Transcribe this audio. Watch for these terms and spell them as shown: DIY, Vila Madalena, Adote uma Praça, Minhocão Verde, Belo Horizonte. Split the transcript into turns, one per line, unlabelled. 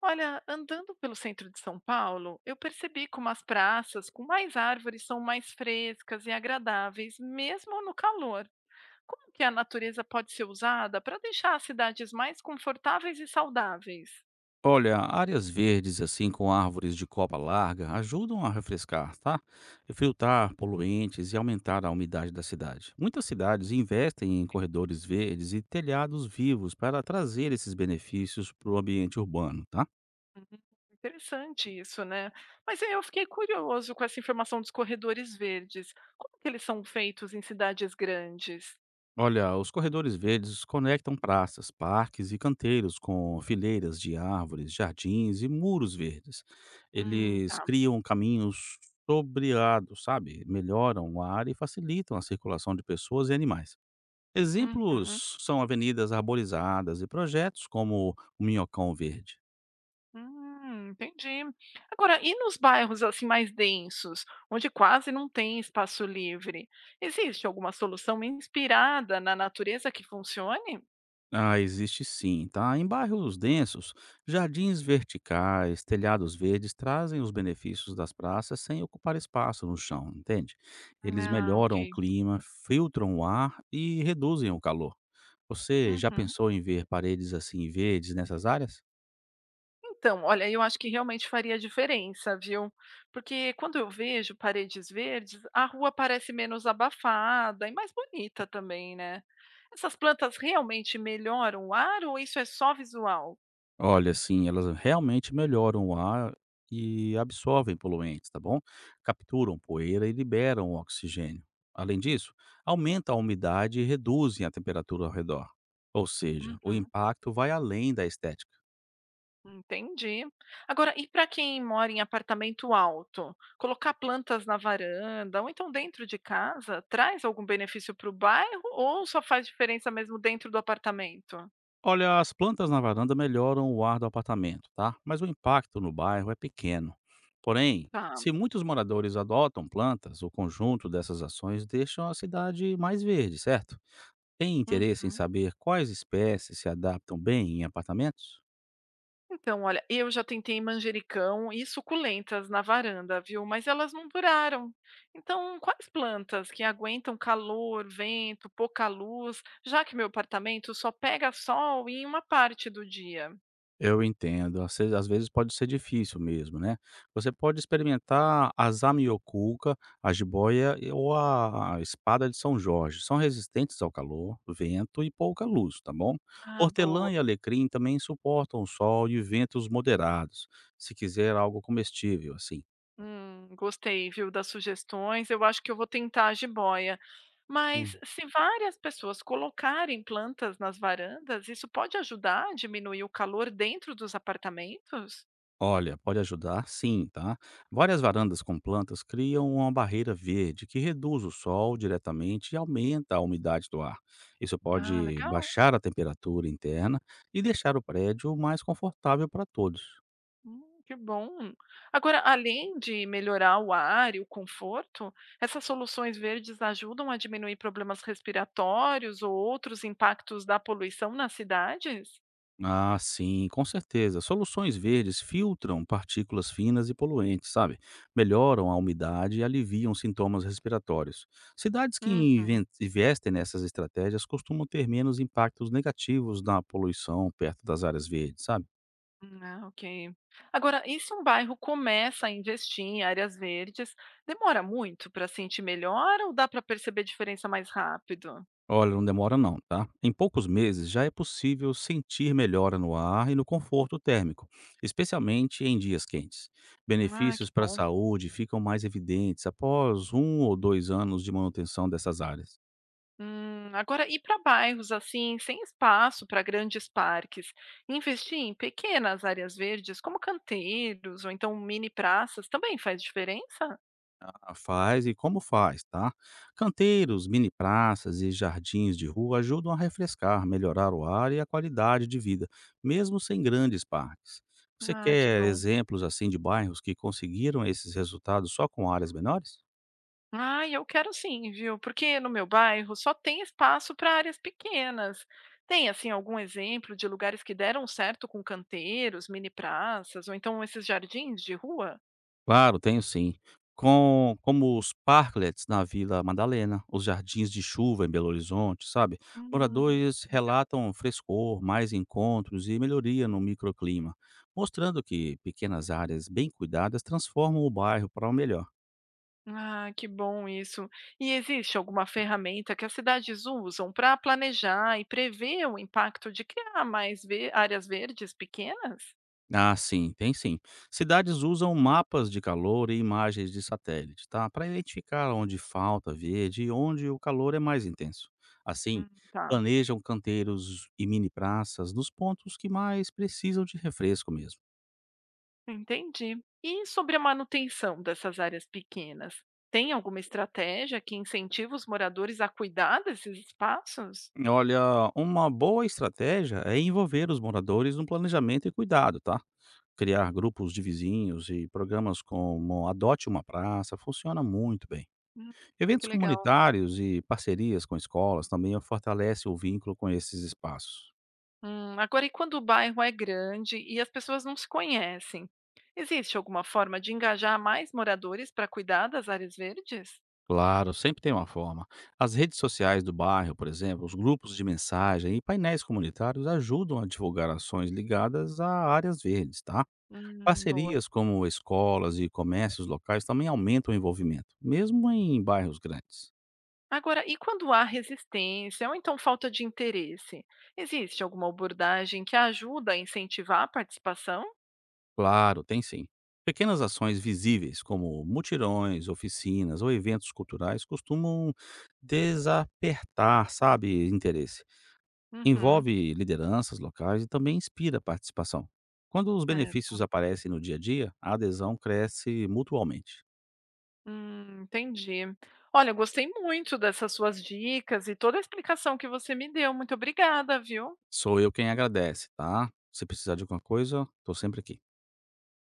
Olha, andando pelo centro de São Paulo, eu percebi como as praças com mais árvores são mais frescas e agradáveis, mesmo no calor. Como que a natureza pode ser usada para deixar as cidades mais confortáveis e saudáveis?
Olha, áreas verdes assim com árvores de copa larga ajudam a refrescar, tá? E filtrar poluentes e aumentar a umidade da cidade. Muitas cidades investem em corredores verdes e telhados vivos para trazer esses benefícios para o ambiente urbano, tá?
Hum. Interessante isso, né? Mas eu fiquei curioso com essa informação dos corredores verdes. Como que eles são feitos em cidades grandes?
Olha, os corredores verdes conectam praças, parques e canteiros com fileiras de árvores, jardins e muros verdes. Eles
Tá.
criam caminhos sobreados, sabe? Melhoram o ar e facilitam a circulação de pessoas e animais.
Uhum.
Exemplos são avenidas arborizadas e projetos como o Minhocão Verde.
Entendi. Agora, e nos bairros assim mais densos, onde quase não tem espaço livre, existe alguma solução inspirada na natureza que funcione?
Ah, existe sim, tá? Em bairros densos, jardins verticais, telhados verdes trazem os benefícios das praças sem ocupar espaço no chão, entende? Eles
Ah,
melhoram o
ok.
clima, filtram o ar e reduzem o calor. Você já
Uhum.
pensou em ver paredes assim verdes nessas áreas?
Então, olha, eu acho que realmente faria diferença, viu? Porque quando eu vejo paredes verdes, a rua parece menos abafada e mais bonita também, né? Essas plantas realmente melhoram o ar ou isso é só visual?
Olha, sim, elas realmente melhoram o ar e absorvem poluentes, tá bom? Capturam poeira e liberam o oxigênio. Além
Hum,
disso,
sim.
aumenta a umidade e reduzem a temperatura ao redor. Ou seja, o
Uhum.
impacto vai além da estética.
Entendi. Agora, e para quem mora em apartamento alto, colocar plantas na varanda ou então dentro de casa traz algum benefício para o bairro ou só faz diferença mesmo dentro do apartamento?
Olha, as plantas na varanda melhoram o ar do apartamento, tá? Mas o impacto no bairro é pequeno. Porém,
Tá.
se muitos moradores adotam plantas, o conjunto dessas ações deixa a cidade mais verde, certo? Tem interesse em
Uhum.
saber quais espécies se adaptam bem em apartamentos?
Então, olha, eu já tentei manjericão e suculentas na varanda, viu? Mas elas não duraram. Então, quais plantas que aguentam calor, vento, pouca luz, já que meu apartamento só pega sol em uma parte do dia?
Eu entendo, às vezes pode ser difícil mesmo, né? Você pode experimentar a zamioculca, a jiboia ou a espada de São Jorge. São resistentes ao calor, vento e pouca luz, tá bom?
Ah, boa.
Hortelã e alecrim também suportam o sol e ventos moderados, se quiser algo comestível, assim.
Gostei, viu, das sugestões. Eu acho que eu vou tentar a jiboia. Mas se várias pessoas colocarem plantas nas varandas, isso pode ajudar a diminuir o calor dentro dos apartamentos?
Olha, pode ajudar sim, tá? Várias varandas com plantas criam uma barreira verde que reduz o sol diretamente e aumenta a umidade do ar. Isso
Ah,
pode
legal.
baixar a temperatura interna e deixar o prédio mais confortável para todos.
Que bom. Agora, além de melhorar o ar e o conforto, essas soluções verdes ajudam a diminuir problemas respiratórios ou outros impactos da poluição nas cidades?
Ah, sim, com certeza. Soluções verdes filtram partículas finas e poluentes, sabe? Melhoram a umidade e aliviam sintomas respiratórios. Cidades que investem nessas estratégias costumam ter menos impactos negativos na poluição perto das áreas verdes, sabe?
Ah, ok. Agora, e se um bairro começa a investir em áreas verdes, demora muito para sentir melhor ou dá para perceber diferença mais rápido?
Olha, não demora não, tá? Em poucos meses já é possível sentir melhora no ar e no conforto térmico, especialmente em dias quentes.
Ah, que
Benefícios para a
bom.
saúde ficam mais evidentes após um ou dois anos de manutenção dessas áreas.
Agora, e para bairros assim, sem espaço para grandes parques, investir em pequenas áreas verdes, como canteiros ou então mini praças, também faz diferença?
Ah, faz e como faz, tá? Canteiros, mini praças e jardins de rua ajudam a refrescar, melhorar o ar e a qualidade de vida, mesmo sem grandes parques. Você
Ah, que
quer
bom.
exemplos assim de bairros que conseguiram esses resultados só com áreas menores?
Ai, eu quero sim, viu? Porque no meu bairro só tem espaço para áreas pequenas. Tem, assim, algum exemplo de lugares que deram certo com canteiros, mini praças, ou então esses jardins de rua?
Claro, tenho sim. Como os parklets na Vila Madalena, os jardins de chuva em Belo Horizonte, sabe?
Hum,
Moradores
legal.
relatam frescor, mais encontros e melhoria no microclima, mostrando que pequenas áreas bem cuidadas transformam o bairro para o melhor.
Ah, que bom isso. E existe alguma ferramenta que as cidades usam para planejar e prever o impacto de criar mais áreas verdes pequenas?
Ah, sim, tem sim. Cidades usam mapas de calor e imagens de satélite, tá? Para identificar onde falta verde e onde o calor é mais intenso. Assim,
Tá.
planejam canteiros e mini praças nos pontos que mais precisam de refresco mesmo.
Entendi. E sobre a manutenção dessas áreas pequenas? Tem alguma estratégia que incentiva os moradores a cuidar desses espaços?
Olha, uma boa estratégia é envolver os moradores no planejamento e cuidado, tá? Criar grupos de vizinhos e programas como Adote uma Praça funciona muito bem.
Hum, que
Eventos
legal.
comunitários e parcerias com escolas também fortalecem o vínculo com esses espaços.
Agora, e quando o bairro é grande e as pessoas não se conhecem? Existe alguma forma de engajar mais moradores para cuidar das áreas verdes?
Claro, sempre tem uma forma. As redes sociais do bairro, por exemplo, os grupos de mensagem e painéis comunitários ajudam a divulgar ações ligadas a áreas verdes, tá?
Boa.
Parcerias como escolas e comércios locais também aumentam o envolvimento, mesmo em bairros grandes.
Agora, e quando há resistência ou então falta de interesse? Existe alguma abordagem que ajuda a incentivar a participação?
Claro, tem sim. Pequenas ações visíveis, como mutirões, oficinas ou eventos culturais, costumam desapertar, sabe, interesse.
Uhum,
Envolve lideranças locais e também inspira a participação. Quando os
certo.
benefícios aparecem no dia a dia, a adesão cresce mutualmente.
Entendi. Olha, eu gostei muito dessas suas dicas e toda a explicação que você me deu. Muito obrigada, viu?
Sou eu quem agradece, tá? Se precisar de alguma coisa, estou sempre aqui.